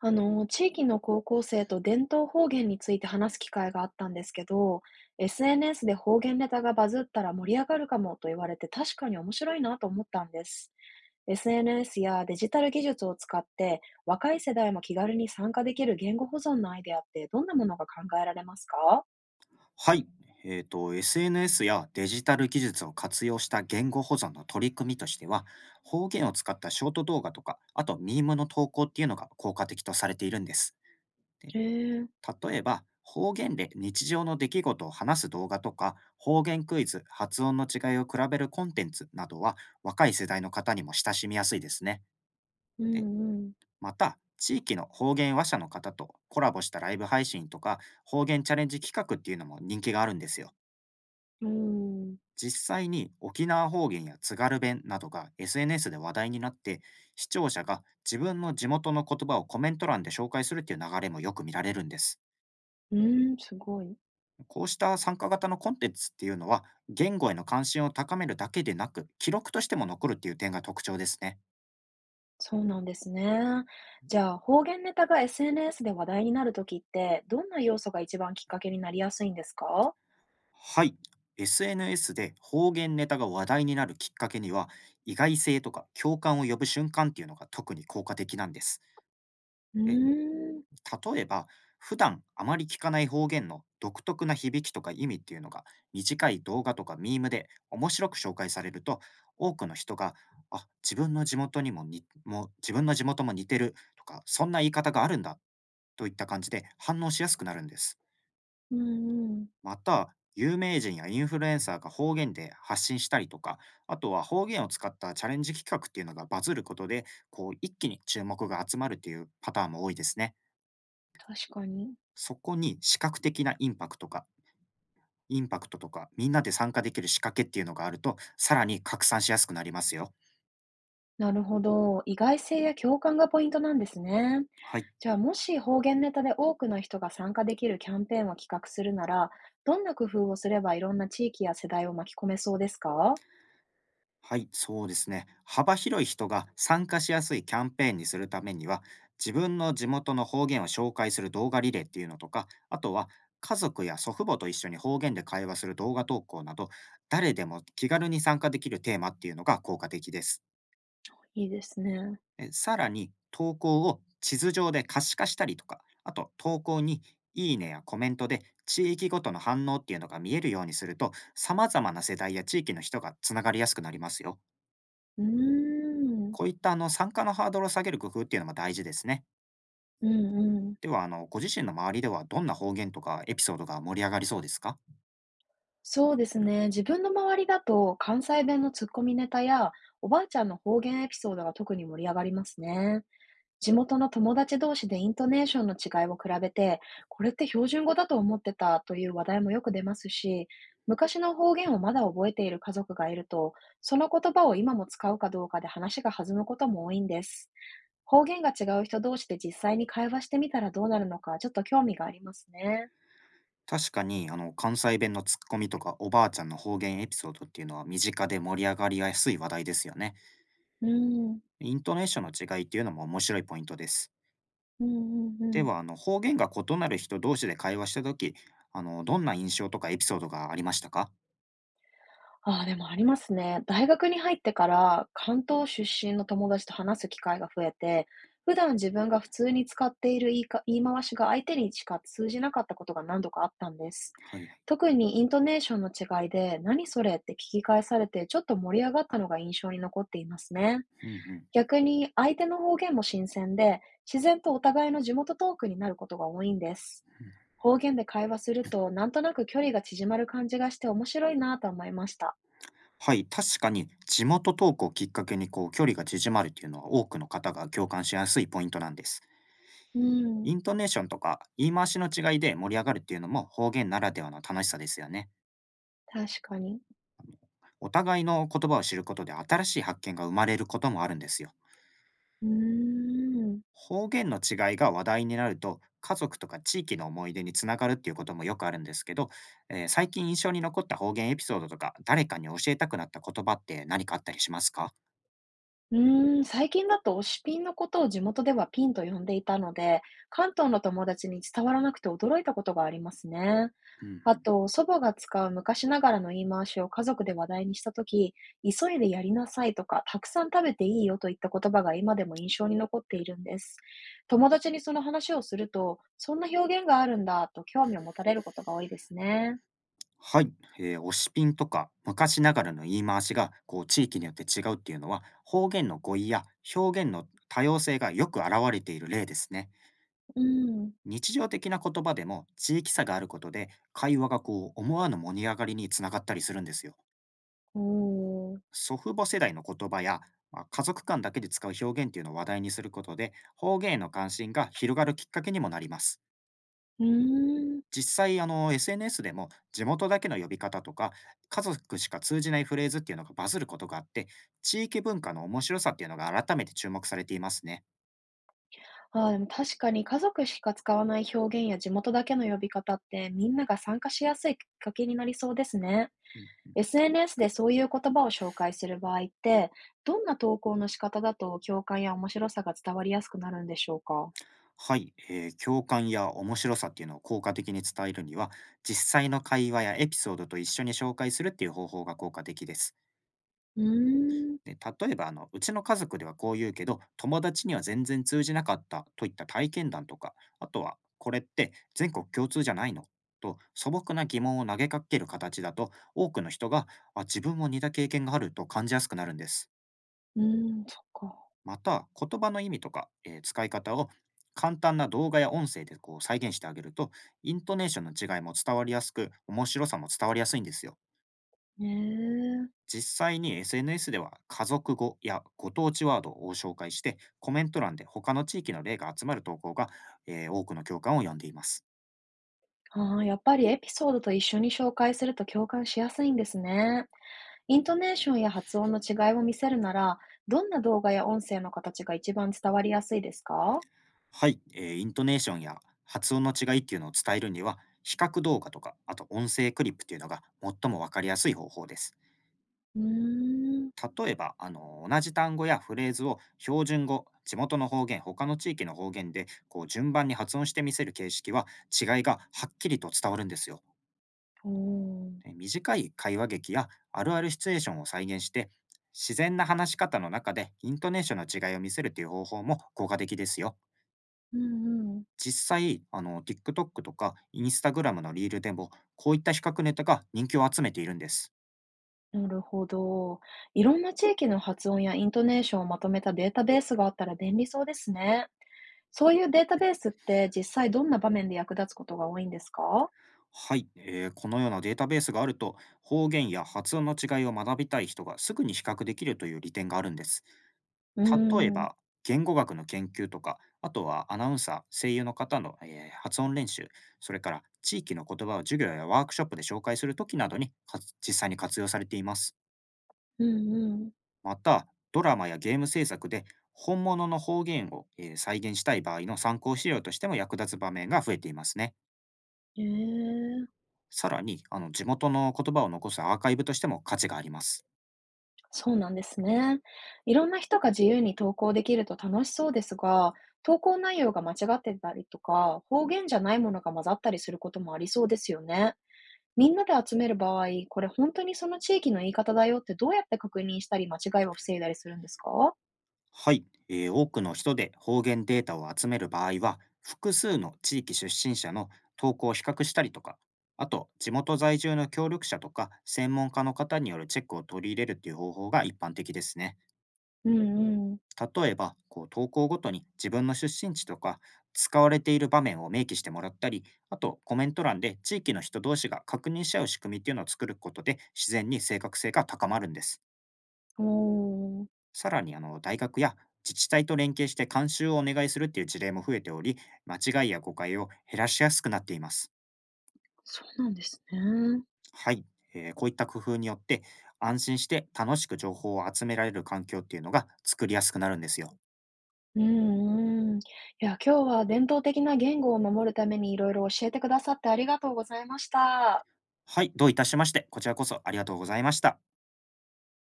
地域の高校生と伝統方言について話す機会があったんですけど、SNS で方言ネタがバズったら盛り上がるかもと言われて確かに面白いなと思ったんです。SNS やデジタル技術を使って若い世代も気軽に参加できる言語保存のアイデアってどんなものが考えられますか？はい。SNS やデジタル技術を活用した言語保存の取り組みとしては、方言を使ったショート動画とか、あとミームの投稿っていうのが効果的とされているんです。でへえ、例えば、方言で日常の出来事を話す動画とか、方言クイズ、発音の違いを比べるコンテンツなどは、若い世代の方にも親しみやすいですね。うでんうん。また、地域の方言話者の方とコラボしたライブ配信とか、方言チャレンジ企画っていうのも人気があるんですよ。うん、実際に沖縄方言や津軽弁などが SNS で話題になって、視聴者が自分の地元の言葉をコメント欄で紹介するっていう流れもよく見られるんです。うん、すごい。こうした参加型のコンテンツっていうのは、言語への関心を高めるだけでなく記録としても残るっていう点が特徴ですね。そうなんですね。じゃあ、方言ネタが SNS で話題になるときって、どんな要素が一番きっかけになりやすいんですか？はい。SNS で方言ネタが話題になるきっかけには、意外性とか共感を呼ぶ瞬間っていうのが特に効果的なんです。うーえん、例えば、普段あまり聞かない方言の独特な響きとか意味っていうのが短い動画とかミームで面白く紹介されると、多くの人が、あ、自分の地元にもにもう自分の地元も似てるとか、そんな言い方があるんだといった感じで反応しやすくなるんです。うんうん、また、有名人やインフルエンサーが方言で発信したりとか、あとは方言を使ったチャレンジ企画っていうのがバズることで、こう一気に注目が集まるっていうパターンも多いですね。確かに。そこに視覚的なインパクトとか、みんなで参加できる仕掛けっていうのがあると、さらに拡散しやすくなりますよ。なるほど。意外性や共感がポイントなんですね。はい。じゃあ、もし方言ネタで多くの人が参加できるキャンペーンを企画するなら、どんな工夫をすればいろんな地域や世代を巻き込めそうですか？はい、そうですね。幅広い人が参加しやすいキャンペーンにするためには、自分の地元の方言を紹介する動画リレーっていうのとか、あとは家族や祖父母と一緒に方言で会話する動画投稿など、誰でも気軽に参加できるテーマっていうのが効果的です。いいですね。え、さらに投稿を地図上で可視化したりとか、あと投稿にいいねやコメントで地域ごとの反応っていうのが見えるようにすると、様々な世代や地域の人がつながりやすくなりますよ。うーん。こういった参加のハードルを下げる工夫っていうのも大事ですね。うんうん。では、ご自身の周りではどんな方言とかエピソードが盛り上がりそうですか？そうですね。自分の周りだと関西弁のツッコミネタやおばあちゃんの方言エピソードが特に盛り上がりますね。地元の友達同士でイントネーションの違いを比べて、これって標準語だと思ってたという話題もよく出ますし、昔の方言をまだ覚えている家族がいると、その言葉を今も使うかどうかで話が弾むことも多いんです。方言が違う人同士で実際に会話してみたらどうなるのか、ちょっと興味がありますね。確かに関西弁のツッコミとかおばあちゃんの方言エピソードっていうのは、身近で盛り上がりやすい話題ですよね。うん。イントネーションの違いっていうのも面白いポイントです。うんうんうでん。は、あの、方言が異なる人同士で会話したとき、あの、どんな印象とかエピソードがありましたか？ああ、でもありますね。大学に入ってから、関東出身の友達と話す機会が増えて、普段自分が普通に使っている言い回しが相手にしか通じなかったことが何度かあったんです。はいはい。特にイントネーションの違いで、何それって聞き返されて、ちょっと盛り上がったのが印象に残っていますね。うんうんうん。逆に相手の方言も新鮮で、自然とお互いの地元トークになることが多いんです。方言で会話すると、なんとなく距離が縮まる感じがして面白いなぁと思いました。はい、確かに地元トークをきっかけに、こう、距離が縮まるっていうのは多くの方が共感しやすいポイントなんです。うん、イントネーションとか言い回しの違いで盛り上がるっていうのも方言ならではの楽しさですよね。確かに。お互いの言葉を知ることで新しい発見が生まれることもあるんですよ。うーん。方言の違いが話題になると、家族とか地域の思い出につながるっていうこともよくあるんですけど、最近印象に残った方言エピソードとか、誰かに教えたくなった言葉って何かあったりしますか？うーん、最近だと推しピンのことを地元ではピンと呼んでいたので、関東の友達に伝わらなくて驚いたことがありますね。うんあうん。と、祖母が使う昔ながらの言い回しを家族で話題にしたとき、急いでやりなさいとか、たくさん食べていいよといった言葉が今でも印象に残っているんです。友達にその話をすると、そんな表現があるんだと興味を持たれることが多いですね。はい、推しピンとか昔ながらの言い回しがこう地域によって違うっていうのは、方言の語彙や表現の多様性がよく現れている例ですね。うん。日常的な言葉でも地域差があることで、会話がこう思わぬ盛り上がりにつながったりするんですよ。おー。祖父母世代の言葉や、まあ、家族間だけで使う表現っていうのを話題にすることで、方言への関心が広がるきっかけにもなります。うーん。実際SNS でも地元だけの呼び方とか家族しか通じないフレーズっていうのがバズることがあって、地域文化の面白さっていうのが改めて注目されていますね。ああ、でも確かに家族しか使わない表現や地元だけの呼び方ってみんなが参加しやすいきっかけになりそうですね。うん。 SNS でそういう言葉を紹介する場合って、どんな投稿の仕方だと共感や面白さが伝わりやすくなるんでしょうか？はい、共感や面白さっていうのを効果的に伝えるには、実際の会話やエピソードと一緒に紹介するっていう方法が効果的です。うーん、で、例えばうちの家族ではこう言うけど、友達には全然通じなかったといった体験談とか、あとは、これって全国共通じゃないの、と素朴な疑問を投げかける形だと、多くの人が、あ、自分も似た経験があると感じやすくなるんです。うーん、そっか。また、言葉の意味とか、使い方を簡単な動画や音声でこう再現してあげると、イントネーションの違いも伝わりやすく、面白さも伝わりやすいんですよ。ねえ。実際に SNS では、家族語やご当地ワードを紹介してコメント欄で他の地域の例が集まる投稿が、多くの共感を呼んでいます。ああ、やっぱりエピソードと一緒に紹介すると共感しやすいんですね。イントネーションや発音の違いを見せるなら、どんな動画や音声の形が一番伝わりやすいですか？はい、イントネーションや発音の違いっていうのを伝えるには、比較動画とかあと音声クリップっていうのが最も分かりやすい方法です。うーん、例えば同じ単語やフレーズを標準語、地元の方言、他の地域の方言でこう順番に発音してみせる形式は、違いがはっきりと伝わるんですよ。おー、短い会話劇やあるあるシチュエーションを再現して、自然な話し方の中でイントネーションの違いを見せるという方法も効果的ですよ。うんうん。実際TikTok とか Instagram のリールでも、こういった比較ネタが人気を集めているんです。なるほど。いろんな地域の発音やイントネーションをまとめたデータベースがあったら便利そうですね。そういうデータベースって実際どんな場面で役立つことが多いんですか？はい、このようなデータベースがあると、方言や発音の違いを学びたい人がすぐに比較できるという利点があるんです。うー例えん、ば、言語学の研究とか、あとはアナウンサー、声優の方の、発音練習、それから地域の言葉を授業やワークショップで紹介するときなどにか、実際に活用されています。うんうん。また、ドラマやゲーム制作で本物の方言を、再現したい場合の参考資料としても役立つ場面が増えていますね。へえ、さらに、地元の言葉を残すアーカイブとしても価値があります。そうなんですね。いろんな人が自由に投稿できると楽しそうですが、投稿内容が間違ってたりとか、方言じゃないものが混ざったりすることもありそうですよね。みんなで集める場合、これ本当にその地域の言い方だよってどうやって確認したり間違いを防いだりするんですか？はい、多くの人で方言データを集める場合は、複数の地域出身者の投稿を比較したりとか、あと地元在住の協力者とか専門家の方によるチェックを取り入れるという方法が一般的ですね。うんうん。例えば、こう投稿ごとに自分の出身地とか使われている場面を明記してもらったり、あとコメント欄で地域の人同士が確認し合う仕組みっていうのを作ることで、自然に正確性が高まるんです。おー、さらに大学や自治体と連携して監修をお願いするっていう事例も増えており、間違いや誤解を減らしやすくなっています。そうなんですね。はい、こういった工夫によって安心して楽しく情報を集められる環境っていうのが作りやすくなるんですよ。うんうん。いや、今日は伝統的な言語を守るためにいろいろ教えてくださってありがとうございました。はい、どういたしまして、こちらこそありがとうございました。